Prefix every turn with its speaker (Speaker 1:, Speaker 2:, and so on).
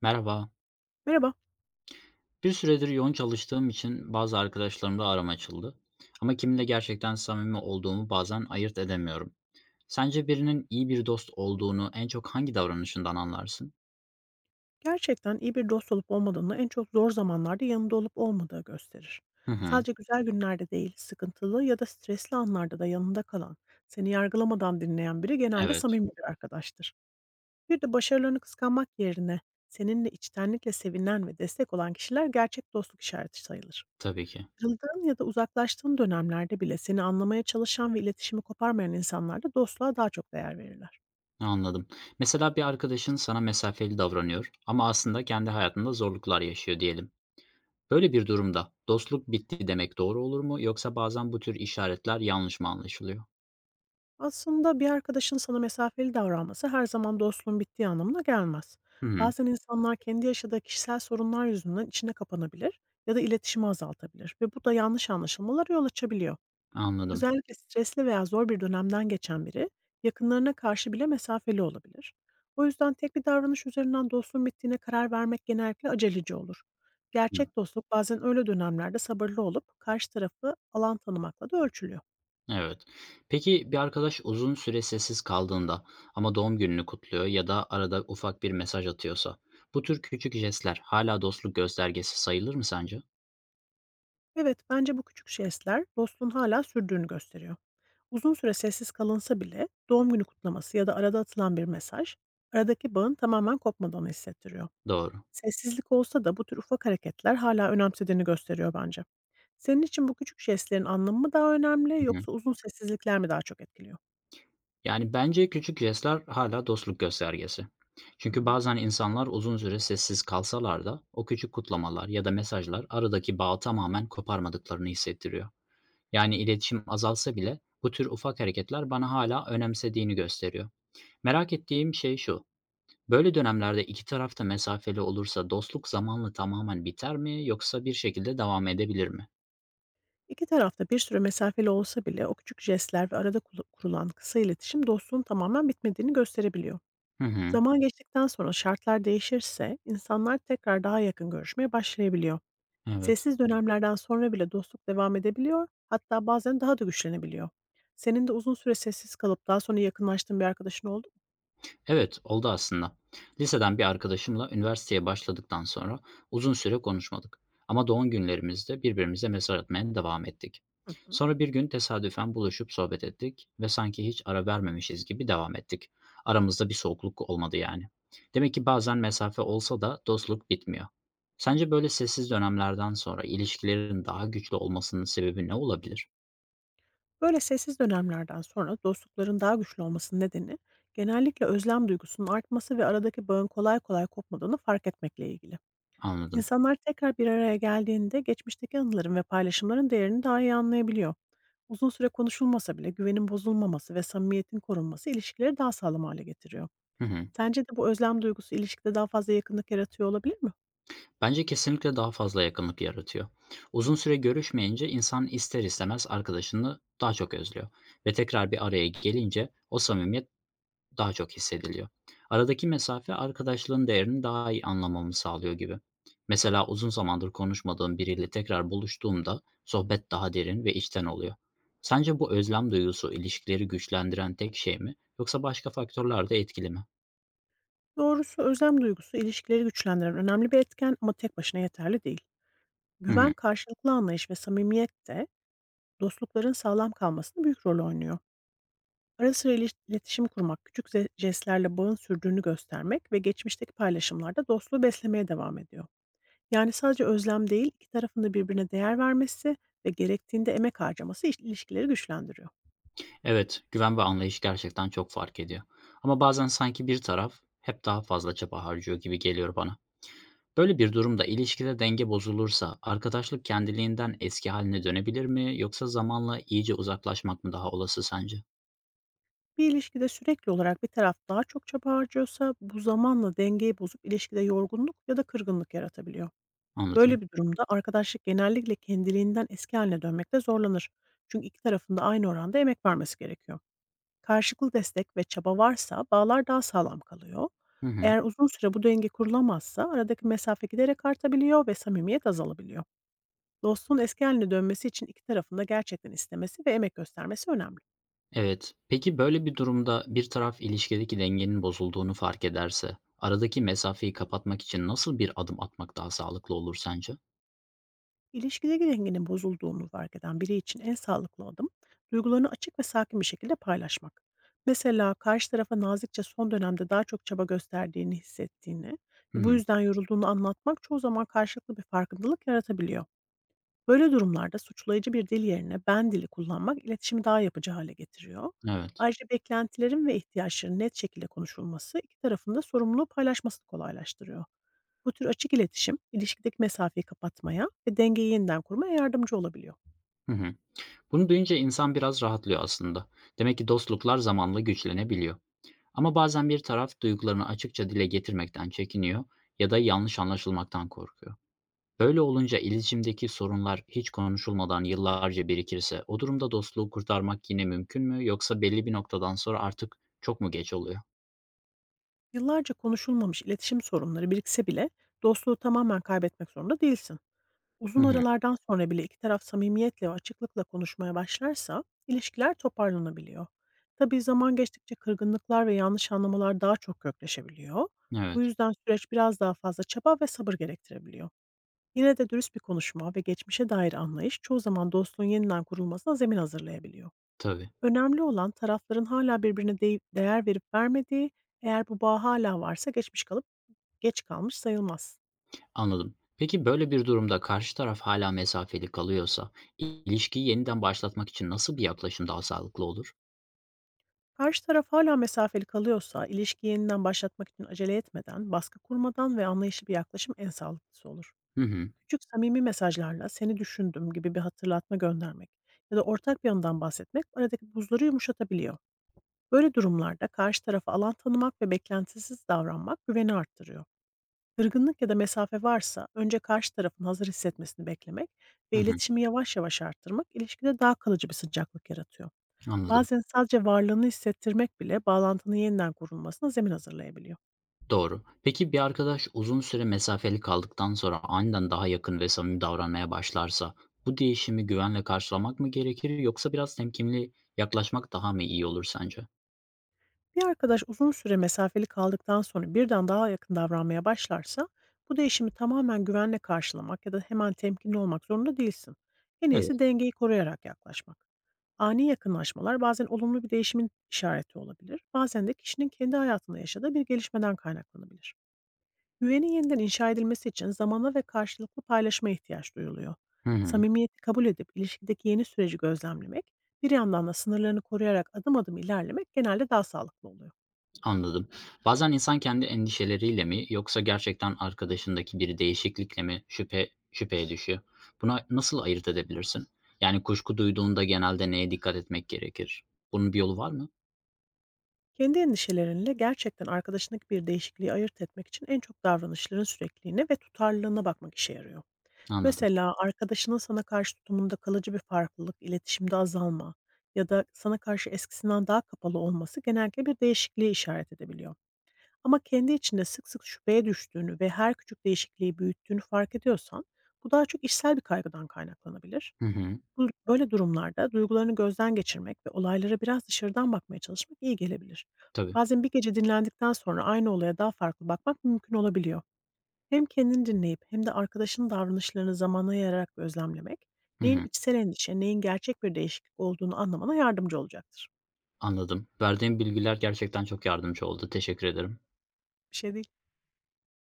Speaker 1: Merhaba.
Speaker 2: Merhaba.
Speaker 1: Bir süredir yoğun çalıştığım için bazı arkadaşlarımla aram açıldı. Ama
Speaker 2: Hı
Speaker 1: kiminle
Speaker 2: hı.
Speaker 1: gerçekten samimi olduğumu bazen ayırt edemiyorum. Sence birinin iyi bir dost olduğunu en çok hangi davranışından anlarsın?
Speaker 2: Gerçekten iyi bir dost olup olmadığını en çok zor zamanlarda yanında olup olmadığı gösterir.
Speaker 1: Hı hı.
Speaker 2: Sadece güzel günlerde değil, sıkıntılı ya da stresli anlarda da yanında kalan, seni yargılamadan dinleyen biri genelde
Speaker 1: Evet.
Speaker 2: samimi bir arkadaştır. Bir de başarılarını kıskanmak yerine seninle içtenlikle sevinen ve destek olan kişiler gerçek dostluk işareti sayılır.
Speaker 1: Tabii ki.
Speaker 2: Kırıldığın ya da uzaklaştığın dönemlerde bile seni anlamaya çalışan ve iletişimi koparmayan insanlar da dostluğa daha çok değer verirler.
Speaker 1: Anladım. Mesela bir arkadaşın sana mesafeli davranıyor ama aslında kendi hayatında zorluklar yaşıyor diyelim. Böyle bir durumda dostluk bitti demek doğru olur mu yoksa bazen bu tür işaretler yanlış mı anlaşılıyor?
Speaker 2: Aslında bir arkadaşın sana mesafeli davranması her zaman dostluğun bittiği anlamına gelmez.
Speaker 1: Hı hı.
Speaker 2: Bazen insanlar kendi yaşadığı kişisel sorunlar yüzünden içine kapanabilir ya da iletişimi azaltabilir, ve bu da yanlış anlaşılmalara yol açabiliyor.
Speaker 1: Anladım.
Speaker 2: Özellikle stresli veya zor bir dönemden geçen biri yakınlarına karşı bile mesafeli olabilir. O yüzden tek bir davranış üzerinden dostluğun bittiğine karar vermek genellikle aceleci olur.
Speaker 1: Hı.
Speaker 2: Gerçek dostluk bazen öyle dönemlerde sabırlı olup karşı tarafı alan tanımakla da ölçülüyor.
Speaker 1: Evet. Peki bir arkadaş uzun süre sessiz kaldığında ama doğum gününü kutluyor ya da arada ufak bir mesaj atıyorsa, bu tür küçük jestler hala dostluk göstergesi sayılır mı sence?
Speaker 2: Evet, bence bu küçük jestler dostluğun hala sürdüğünü gösteriyor. Uzun süre sessiz kalınsa bile doğum günü kutlaması ya da arada atılan bir mesaj, aradaki bağın tamamen kopmadığını hissettiriyor.
Speaker 1: Doğru.
Speaker 2: Sessizlik olsa da bu tür ufak hareketler hala önemsediğini gösteriyor bence. Senin için bu küçük jestlerin anlamı mı daha önemli,
Speaker 1: Hı hı.
Speaker 2: yoksa uzun sessizlikler mi daha çok etkiliyor?
Speaker 1: Yani bence küçük jestler hala dostluk göstergesi.
Speaker 2: Hı
Speaker 1: Çünkü
Speaker 2: hı.
Speaker 1: bazen insanlar uzun süre sessiz kalsalar da o küçük kutlamalar ya da mesajlar aradaki bağı tamamen koparmadıklarını hissettiriyor. Yani iletişim azalsa bile bu tür ufak hareketler bana hala önemsediğini gösteriyor. Merak ettiğim şey şu. Böyle dönemlerde iki taraf da mesafeli olursa dostluk zamanla tamamen biter mi yoksa bir şekilde devam edebilir mi?
Speaker 2: İki tarafta bir süre mesafeli olsa bile o küçük jestler ve arada kurulan kısa iletişim dostluğun tamamen bitmediğini gösterebiliyor.
Speaker 1: Hı hı.
Speaker 2: Zaman geçtikten sonra şartlar değişirse insanlar tekrar daha yakın görüşmeye başlayabiliyor.
Speaker 1: Evet.
Speaker 2: Sessiz dönemlerden sonra bile dostluk devam edebiliyor, hatta bazen daha da güçlenebiliyor. Senin de uzun süre sessiz kalıp daha sonra yakınlaştığın bir arkadaşın oldu mu?
Speaker 1: Evet, oldu aslında. Liseden bir arkadaşımla üniversiteye başladıktan sonra uzun süre konuşmadık. Ama doğum günlerimizde birbirimize mesaj atmaya devam ettik.
Speaker 2: Hı hı.
Speaker 1: Sonra bir gün tesadüfen buluşup sohbet ettik ve sanki hiç ara vermemişiz gibi devam ettik. Aramızda bir soğukluk olmadı yani. Demek ki bazen mesafe olsa da dostluk bitmiyor.
Speaker 2: Evet.
Speaker 1: Sence böyle sessiz dönemlerden sonra ilişkilerin daha güçlü olmasının sebebi ne olabilir?
Speaker 2: Böyle sessiz dönemlerden sonra dostlukların daha güçlü olmasının nedeni genellikle özlem duygusunun artması ve aradaki bağın kolay kolay kopmadığını fark etmekle ilgili.
Speaker 1: Anladım.
Speaker 2: İnsanlar tekrar bir araya geldiğinde geçmişteki anıların ve paylaşımların değerini daha iyi anlayabiliyor. Uzun süre konuşulmasa bile güvenin bozulmaması ve samimiyetin korunması ilişkileri daha sağlam hale getiriyor.
Speaker 1: Hı hı.
Speaker 2: Sence de bu özlem duygusu ilişkide daha fazla yakınlık yaratıyor olabilir mi?
Speaker 1: Bence kesinlikle daha fazla yakınlık yaratıyor.
Speaker 2: Evet.
Speaker 1: Uzun süre görüşmeyince insan ister istemez arkadaşını daha çok özlüyor ve tekrar bir araya gelince o samimiyet daha çok hissediliyor. Aradaki mesafe arkadaşlığın değerini daha iyi anlamamı sağlıyor gibi. Mesela uzun zamandır konuşmadığım biriyle tekrar buluştuğumda sohbet daha derin ve içten oluyor. Sence bu özlem duygusu ilişkileri güçlendiren tek şey mi yoksa başka faktörler de etkili mi?
Speaker 2: Doğrusu özlem duygusu ilişkileri güçlendiren önemli bir etken, ama tek başına yeterli değil.
Speaker 1: Hı
Speaker 2: Güven,
Speaker 1: hı.
Speaker 2: karşılıklı anlayış ve samimiyet de dostlukların sağlam kalmasında büyük rol oynuyor. Ara sıra iletişim kurmak, küçük jestlerle bağın sürdüğünü göstermek ve geçmişteki paylaşımlarda dostluğu beslemeye devam ediyor. Yani sadece özlem değil, iki tarafın da birbirine değer vermesi ve gerektiğinde emek harcaması ilişkileri güçlendiriyor.
Speaker 1: Evet, güven ve anlayış gerçekten çok fark ediyor. Ama bazen sanki bir taraf hep daha fazla çaba harcıyor gibi geliyor bana. Böyle bir durumda ilişkide denge bozulursa arkadaşlık kendiliğinden eski haline dönebilir mi yoksa zamanla iyice uzaklaşmak mı daha olası sence?
Speaker 2: Bir ilişkide sürekli olarak bir taraf daha çok çaba harcıyorsa, bu zamanla dengeyi bozup ilişkide yorgunluk ya da kırgınlık yaratabiliyor.
Speaker 1: Anladım.
Speaker 2: Böyle bir durumda arkadaşlık genellikle kendiliğinden eski haline dönmekte zorlanır. Çünkü iki tarafın da aynı oranda emek vermesi gerekiyor. Karşılıklı destek ve çaba varsa bağlar daha sağlam kalıyor.
Speaker 1: Hı hı.
Speaker 2: Eğer uzun süre bu denge kurulamazsa aradaki mesafe giderek artabiliyor ve samimiyet azalabiliyor. Dostluğun eski haline dönmesi için iki tarafın da gerçekten istemesi ve emek göstermesi önemli.
Speaker 1: Evet. Peki böyle bir durumda bir taraf ilişkideki dengenin bozulduğunu fark ederse aradaki mesafeyi kapatmak için nasıl bir adım atmak daha sağlıklı olur sence?
Speaker 2: İlişkideki dengenin bozulduğunu fark eden biri için en sağlıklı adım, duygularını açık ve sakin bir şekilde paylaşmak. Mesela karşı tarafa nazikçe son dönemde daha çok çaba gösterdiğini hissettiğini
Speaker 1: Hı
Speaker 2: ve bu
Speaker 1: hı.
Speaker 2: yüzden yorulduğunu anlatmak çoğu zaman karşılıklı bir farkındalık yaratabiliyor. Böyle durumlarda suçlayıcı bir dil yerine ben dili kullanmak iletişimi daha yapıcı hale getiriyor.
Speaker 1: Evet.
Speaker 2: Ayrıca beklentilerin ve ihtiyaçların net şekilde konuşulması iki tarafın da sorumluluğu paylaşmasını kolaylaştırıyor. Bu tür açık iletişim, ilişkideki mesafeyi kapatmaya ve dengeyi yeniden kurmaya yardımcı olabiliyor.
Speaker 1: Hı hı. Bunu duyunca insan biraz rahatlıyor aslında. Demek ki dostluklar zamanla güçlenebiliyor. Ama bazen bir taraf duygularını açıkça dile getirmekten çekiniyor ya da yanlış anlaşılmaktan korkuyor. Böyle olunca iletişimdeki sorunlar hiç konuşulmadan yıllarca birikirse o durumda dostluğu kurtarmak yine mümkün mü yoksa belli bir noktadan sonra artık çok mu geç oluyor?
Speaker 2: Yıllarca konuşulmamış iletişim sorunları birikse bile dostluğu tamamen kaybetmek zorunda değilsin.
Speaker 1: Hı
Speaker 2: Uzun
Speaker 1: hı.
Speaker 2: aralardan sonra bile iki taraf samimiyetle ve açıklıkla konuşmaya başlarsa ilişkiler toparlanabiliyor. Tabii zaman geçtikçe kırgınlıklar ve yanlış anlamalar daha çok kökleşebiliyor. Bu
Speaker 1: Evet,
Speaker 2: yüzden süreç biraz daha fazla çaba ve sabır gerektirebiliyor. Yine de dürüst bir konuşma ve geçmişe dair anlayış çoğu zaman dostluğun yeniden kurulmasına zemin hazırlayabiliyor.
Speaker 1: tabii.
Speaker 2: Önemli olan, tarafların hala birbirine değer verip vermediği; eğer bu bağ hala varsa geç kalmış sayılmaz.
Speaker 1: Anladım. Peki böyle bir durumda karşı taraf hala mesafeli kalıyorsa ilişkiyi yeniden başlatmak için nasıl bir yaklaşım daha sağlıklı olur?
Speaker 2: Karşı taraf hala mesafeli kalıyorsa, ilişkiyi yeniden başlatmak için acele etmeden, baskı kurmadan ve anlayışlı bir yaklaşım en sağlıklısı olur.
Speaker 1: Hı hı.
Speaker 2: Küçük samimi mesajlarla "Seni düşündüm." gibi bir hatırlatma göndermek ya da ortak bir yandan bahsetmek aradaki buzları yumuşatabiliyor. Böyle durumlarda karşı tarafa alan tanımak ve beklentisiz davranmak güveni arttırıyor. Kırgınlık ya da mesafe varsa önce karşı tarafın hazır hissetmesini beklemek
Speaker 1: Hı
Speaker 2: ve
Speaker 1: hı.
Speaker 2: iletişimi yavaş yavaş arttırmak ilişkide daha kalıcı bir sıcaklık yaratıyor.
Speaker 1: Anladım.
Speaker 2: Bazen sadece varlığını hissettirmek bile bağlantının yeniden kurulmasına zemin hazırlayabiliyor.
Speaker 1: Doğru. Peki bir arkadaş uzun süre mesafeli kaldıktan sonra aniden daha yakın ve samimi davranmaya başlarsa bu değişimi güvenle karşılamak mı gerekir yoksa biraz temkinli yaklaşmak daha mı iyi olur sence?
Speaker 2: Bir arkadaş uzun süre mesafeli kaldıktan sonra birden daha yakın davranmaya başlarsa, bu değişimi tamamen güvenle karşılamak ya da hemen temkinli olmak zorunda değilsin. En
Speaker 1: Evet.
Speaker 2: iyisi dengeyi koruyarak yaklaşmak. Ani yakınlaşmalar bazen olumlu bir değişimin işareti olabilir, bazen de kişinin kendi hayatında yaşadığı bir gelişmeden kaynaklanabilir. Güvenin yeniden inşa edilmesi için zamana ve karşılıklı paylaşmaya ihtiyaç duyuluyor.
Speaker 1: Hı hı.
Speaker 2: Samimiyeti kabul edip ilişkideki yeni süreci gözlemlemek, bir yandan da sınırlarını koruyarak adım adım ilerlemek genelde daha sağlıklı oluyor.
Speaker 1: Anladım. Bazen insan kendi endişeleriyle mi yoksa gerçekten arkadaşındaki bir değişiklikle mi şüpheye düşüyor? Buna nasıl ayırt edebilirsin? Yani kuşku duyduğunda genelde neye dikkat etmek gerekir? Bunun bir yolu var mı?
Speaker 2: Kendi endişelerinle gerçekten arkadaşındaki bir değişikliği ayırt etmek için en çok davranışların sürekliliğine ve tutarlılığına bakmak işe yarıyor.
Speaker 1: Anladım.
Speaker 2: Mesela arkadaşının sana karşı tutumunda kalıcı bir farklılık, iletişimde azalma ya da sana karşı eskisinden daha kapalı olması genellikle bir değişikliğe işaret edebiliyor. Ama kendi içinde sık sık şüpheye düştüğünü ve her küçük değişikliği büyüttüğünü fark ediyorsan, bu daha çok işsel bir kaygıdan kaynaklanabilir.
Speaker 1: Hı hı.
Speaker 2: Bu, böyle durumlarda duygularını gözden geçirmek ve olaylara biraz dışarıdan bakmaya çalışmak iyi gelebilir.
Speaker 1: Tabii.
Speaker 2: Bazen bir gece dinlendikten sonra aynı olaya daha farklı bakmak mümkün olabiliyor. Hem kendini dinleyip hem de arkadaşının davranışlarını zamana yayarak gözlemlemek,
Speaker 1: Hı
Speaker 2: neyin
Speaker 1: hı.
Speaker 2: içsel endişe, neyin gerçek bir değişiklik olduğunu anlamana yardımcı olacaktır.
Speaker 1: Anladım. Verdiğin bilgiler gerçekten çok yardımcı oldu. Teşekkür ederim.
Speaker 2: Bir şey değil.